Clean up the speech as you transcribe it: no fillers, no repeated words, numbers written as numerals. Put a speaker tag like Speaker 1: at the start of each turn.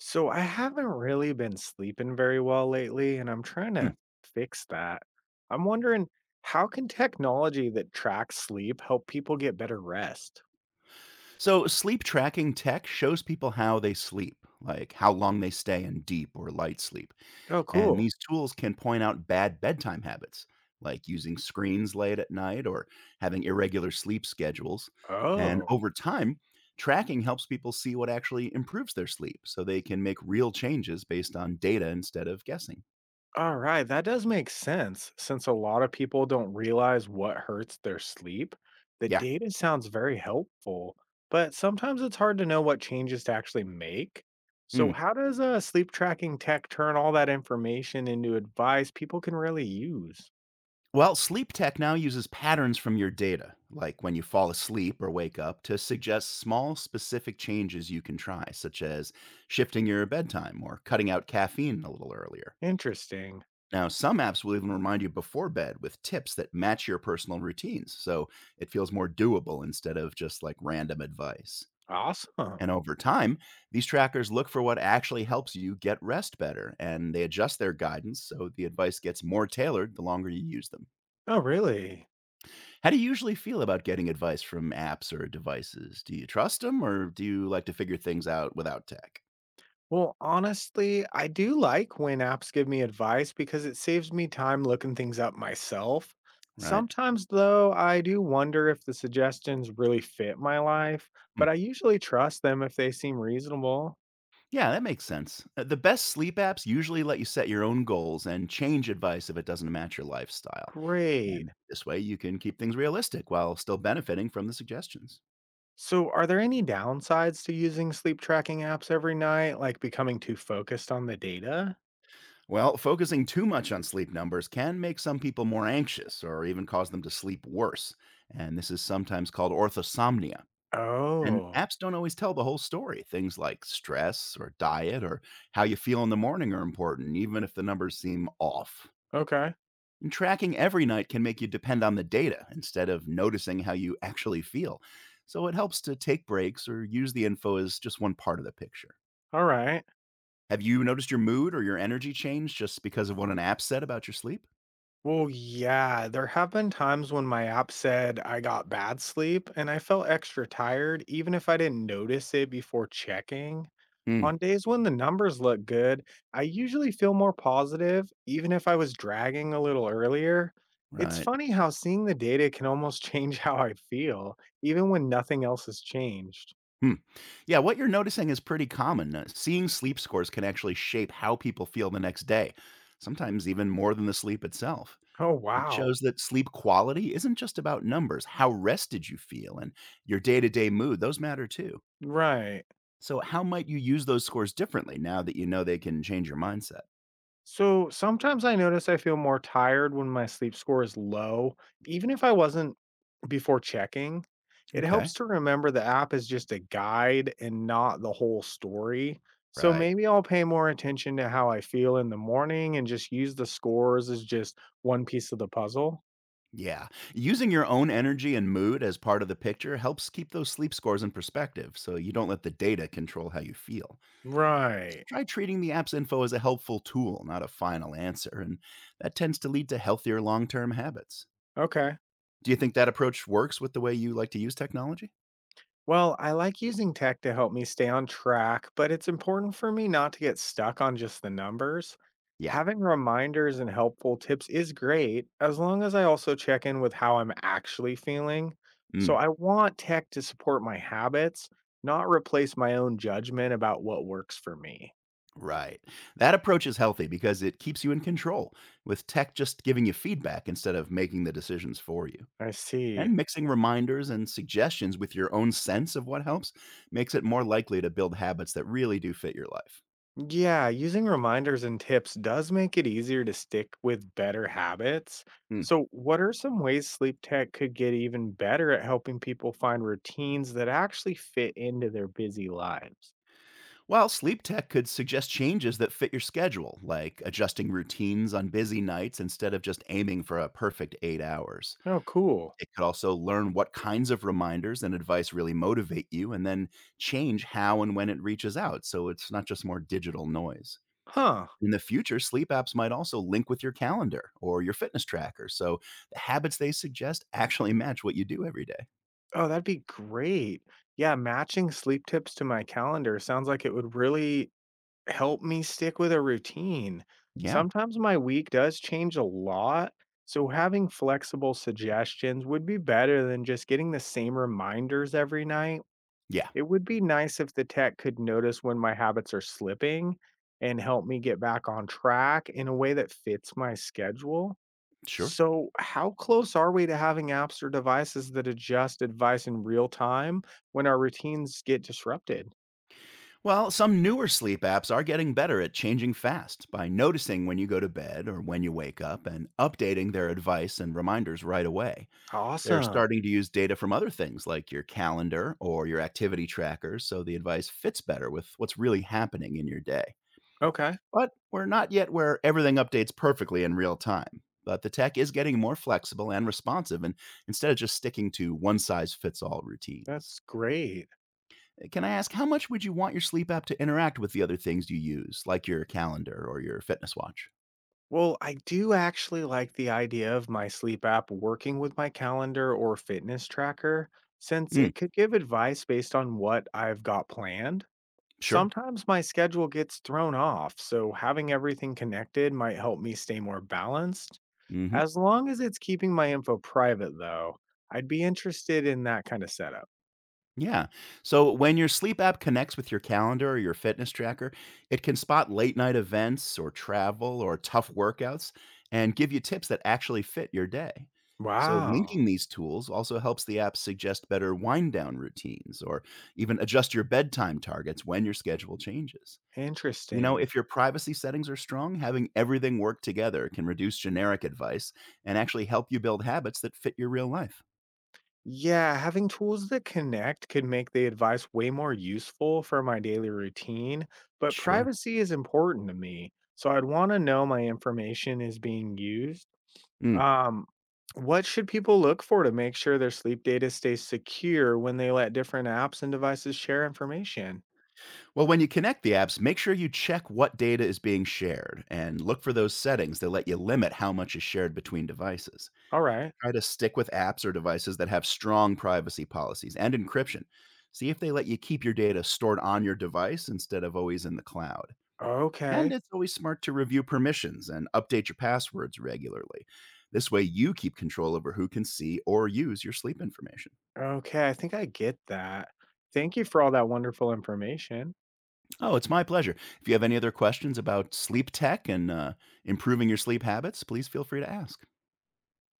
Speaker 1: So I haven't really been sleeping very well lately, and I'm trying
Speaker 2: Mm.
Speaker 1: to fix that. I'm wondering, how can technology that tracks sleep help people get better rest?
Speaker 2: So sleep tracking tech shows people how they sleep, like how long they stay in deep or light sleep.
Speaker 1: Oh,
Speaker 2: And
Speaker 1: cool.
Speaker 2: these tools can point out bad bedtime habits, like using screens late at night or having irregular sleep schedules. And
Speaker 1: Oh,
Speaker 2: over time, tracking helps people see what actually improves their sleep so they can make real changes based on data instead of guessing.
Speaker 1: all right. That does make sense since a lot of people don't realize what hurts their sleep. The
Speaker 2: Yeah.
Speaker 1: data sounds very helpful, but sometimes it's hard to know what changes to actually make. So,
Speaker 2: Hmm.
Speaker 1: how does sleep tracking tech turn all that information into advice people can really use?
Speaker 2: Well, sleep tech now uses patterns from your data, like when you fall asleep or wake up, to suggest small, specific changes you can try, such as shifting your bedtime or cutting out caffeine a little earlier.
Speaker 1: Interesting.
Speaker 2: Now, some apps will even remind you before bed with tips that match your personal routines, so it feels more doable instead of just like random advice.
Speaker 1: Awesome.
Speaker 2: And over time, these trackers look for what actually helps you get rest better, and they adjust their guidance so the advice gets more tailored the longer you use them.
Speaker 1: Oh, really?
Speaker 2: How do you usually feel about getting advice from apps or devices? Do you trust them or do you like to figure things out without tech?
Speaker 1: Well, honestly, I do like when apps give me advice because it saves me time looking things up myself.
Speaker 2: Right.
Speaker 1: Sometimes, though, I do wonder if the suggestions really fit my life,
Speaker 2: Mm.
Speaker 1: but I usually trust them if they seem reasonable.
Speaker 2: Yeah, that makes sense. The best sleep apps usually let you set your own goals and change advice if it doesn't match your lifestyle.
Speaker 1: Great.
Speaker 2: And this way you can keep things realistic while still benefiting from the suggestions.
Speaker 1: So, are there any downsides to using sleep tracking apps every night, like becoming too focused on the data?
Speaker 2: Well, focusing too much on sleep numbers can make some people more anxious or even cause them to sleep worse. And this is sometimes called orthosomnia. And
Speaker 1: Oh,
Speaker 2: apps don't always tell the whole story. Things like stress or diet or how you feel in the morning are important, even if the numbers seem off.
Speaker 1: okay.
Speaker 2: And tracking every night can make you depend on the data instead of noticing how you actually feel. So it helps to take breaks or use the info as just one part of the picture.
Speaker 1: All right.
Speaker 2: Have you noticed your mood or your energy change just because of what an app said about your sleep?
Speaker 1: Well, yeah, there have been times when my app said I got bad sleep and I felt extra tired, even if I didn't notice it before checking.
Speaker 2: Hmm,
Speaker 1: On days when the numbers look good, I usually feel more positive, even if I was dragging a little earlier. It's
Speaker 2: right.
Speaker 1: funny how seeing the data can almost change how I feel, even when nothing else has changed.
Speaker 2: Hmm. Yeah, what you're noticing is pretty common. Seeing sleep scores can actually shape how people feel the next day, sometimes even more than the sleep itself.
Speaker 1: Oh,
Speaker 2: It
Speaker 1: wow.
Speaker 2: shows that sleep quality isn't just about numbers. How rested you feel and your day to day mood, those matter too.
Speaker 1: Right.
Speaker 2: So, how might you use those scores differently now that you know they can change your mindset?
Speaker 1: So sometimes I notice I feel more tired when my sleep score is low, even if I wasn't before checking. It
Speaker 2: Okay.
Speaker 1: helps to remember the app is just a guide and not the whole story. So
Speaker 2: Right.
Speaker 1: maybe I'll pay more attention to how I feel in the morning and just use the scores as just one piece of the puzzle.
Speaker 2: Yeah. Using your own energy and mood as part of the picture helps keep those sleep scores in perspective so you don't let the data control how you feel.
Speaker 1: Right.
Speaker 2: Try treating the app's info as a helpful tool, not a final answer, and that tends to lead to healthier long term habits.
Speaker 1: Okay.
Speaker 2: Do you think that approach works with the way you like to use technology?
Speaker 1: Well, I like using tech to help me stay on track, but it's important for me not to get stuck on just the numbers.
Speaker 2: Yeah.
Speaker 1: Having reminders and helpful tips is great, as long as I also check in with how I'm actually feeling.
Speaker 2: Mm,
Speaker 1: So I want tech to support my habits, not replace my own judgment about what works for me.
Speaker 2: right. That approach is healthy because it keeps you in control, with tech just giving you feedback instead of making the decisions for you.
Speaker 1: I see.
Speaker 2: And mixing reminders and suggestions with your own sense of what helps makes it more likely to build habits that really do fit your life.
Speaker 1: Yeah, using reminders and tips does make it easier to stick with better habits.
Speaker 2: Hmm.
Speaker 1: So, what are some ways sleep tech could get even better at helping people find routines that actually fit into their busy lives?
Speaker 2: While sleep tech could suggest changes that fit your schedule, like adjusting routines on busy nights instead of just aiming for a perfect 8 hours.
Speaker 1: Oh, cool.
Speaker 2: It could also learn what kinds of reminders and advice really motivate you and then change how and when it reaches out. So it's not just more digital noise.
Speaker 1: Huh.
Speaker 2: In the future, sleep apps might also link with your calendar or your fitness tracker. So the habits they suggest actually match what you do every day.
Speaker 1: Oh, that'd be great. Yeah, matching sleep tips to my calendar sounds like it would really help me stick with a routine.
Speaker 2: Yeah.
Speaker 1: Sometimes my week does change a lot, so having flexible suggestions would be better than just getting the same reminders every night.
Speaker 2: Yeah.
Speaker 1: It would be nice if the tech could notice when my habits are slipping and help me get back on track in a way that fits my schedule.
Speaker 2: Sure.
Speaker 1: So, how close are we to having apps or devices that adjust advice in real time when our routines get disrupted?
Speaker 2: Well, some newer sleep apps are getting better at changing fast by noticing when you go to bed or when you wake up and updating their advice and reminders right away. They're
Speaker 1: Awesome.
Speaker 2: starting to use data from other things like your calendar or your activity trackers so the advice fits better with what's really happening in your day.
Speaker 1: Okay.
Speaker 2: But we're not yet where everything updates perfectly in real time. But the tech is getting more flexible and responsive and instead of just sticking to one size fits all routines.
Speaker 1: That's great.
Speaker 2: Can I ask how much would you want your sleep app to interact with the other things you use, like your calendar or your fitness watch?
Speaker 1: Well, I do actually like the idea of my sleep app working with my calendar or fitness tracker, since
Speaker 2: Mm,
Speaker 1: it could give advice based on what I've got planned.
Speaker 2: sure.
Speaker 1: Sometimes my schedule gets thrown off, so having everything connected might help me stay more balanced.
Speaker 2: Hmm.
Speaker 1: As long as it's keeping my info private, though, I'd be interested in that kind of setup.
Speaker 2: Yeah. So when your sleep app connects with your calendar or your fitness tracker, it can spot late night events or travel or tough workouts and give you tips that actually fit your day. So
Speaker 1: Wow,
Speaker 2: linking these tools also helps the app suggest better wind down routines or even adjust your bedtime targets when your schedule changes. You know,
Speaker 1: interesting.
Speaker 2: if your privacy settings are strong, having everything work together can reduce generic advice and actually help you build habits that fit your real life.
Speaker 1: Yeah, having tools that connect could make the advice way more useful for my daily routine, but
Speaker 2: Sure.
Speaker 1: privacy is important to me. So I'd want to know my information is being used.
Speaker 2: Mm.
Speaker 1: Um, what should people look for to make sure their sleep data stays secure when they let different apps and devices share information?
Speaker 2: Well, when you connect the apps, make sure you check what data is being shared and look for those settings that let you limit how much is shared between devices.
Speaker 1: All right.
Speaker 2: Try to stick with apps or devices that have strong privacy policies and encryption. See if they let you keep your data stored on your device instead of always in the cloud. And
Speaker 1: Okay.
Speaker 2: it's always smart to review permissions and update your passwords regularly. This way, you keep control over who can see or use your sleep information.
Speaker 1: Okay. I think I get that. Thank you for all that wonderful information.
Speaker 2: Oh, it's my pleasure. If you have any other questions about sleep tech and improving your sleep habits, please feel free to ask.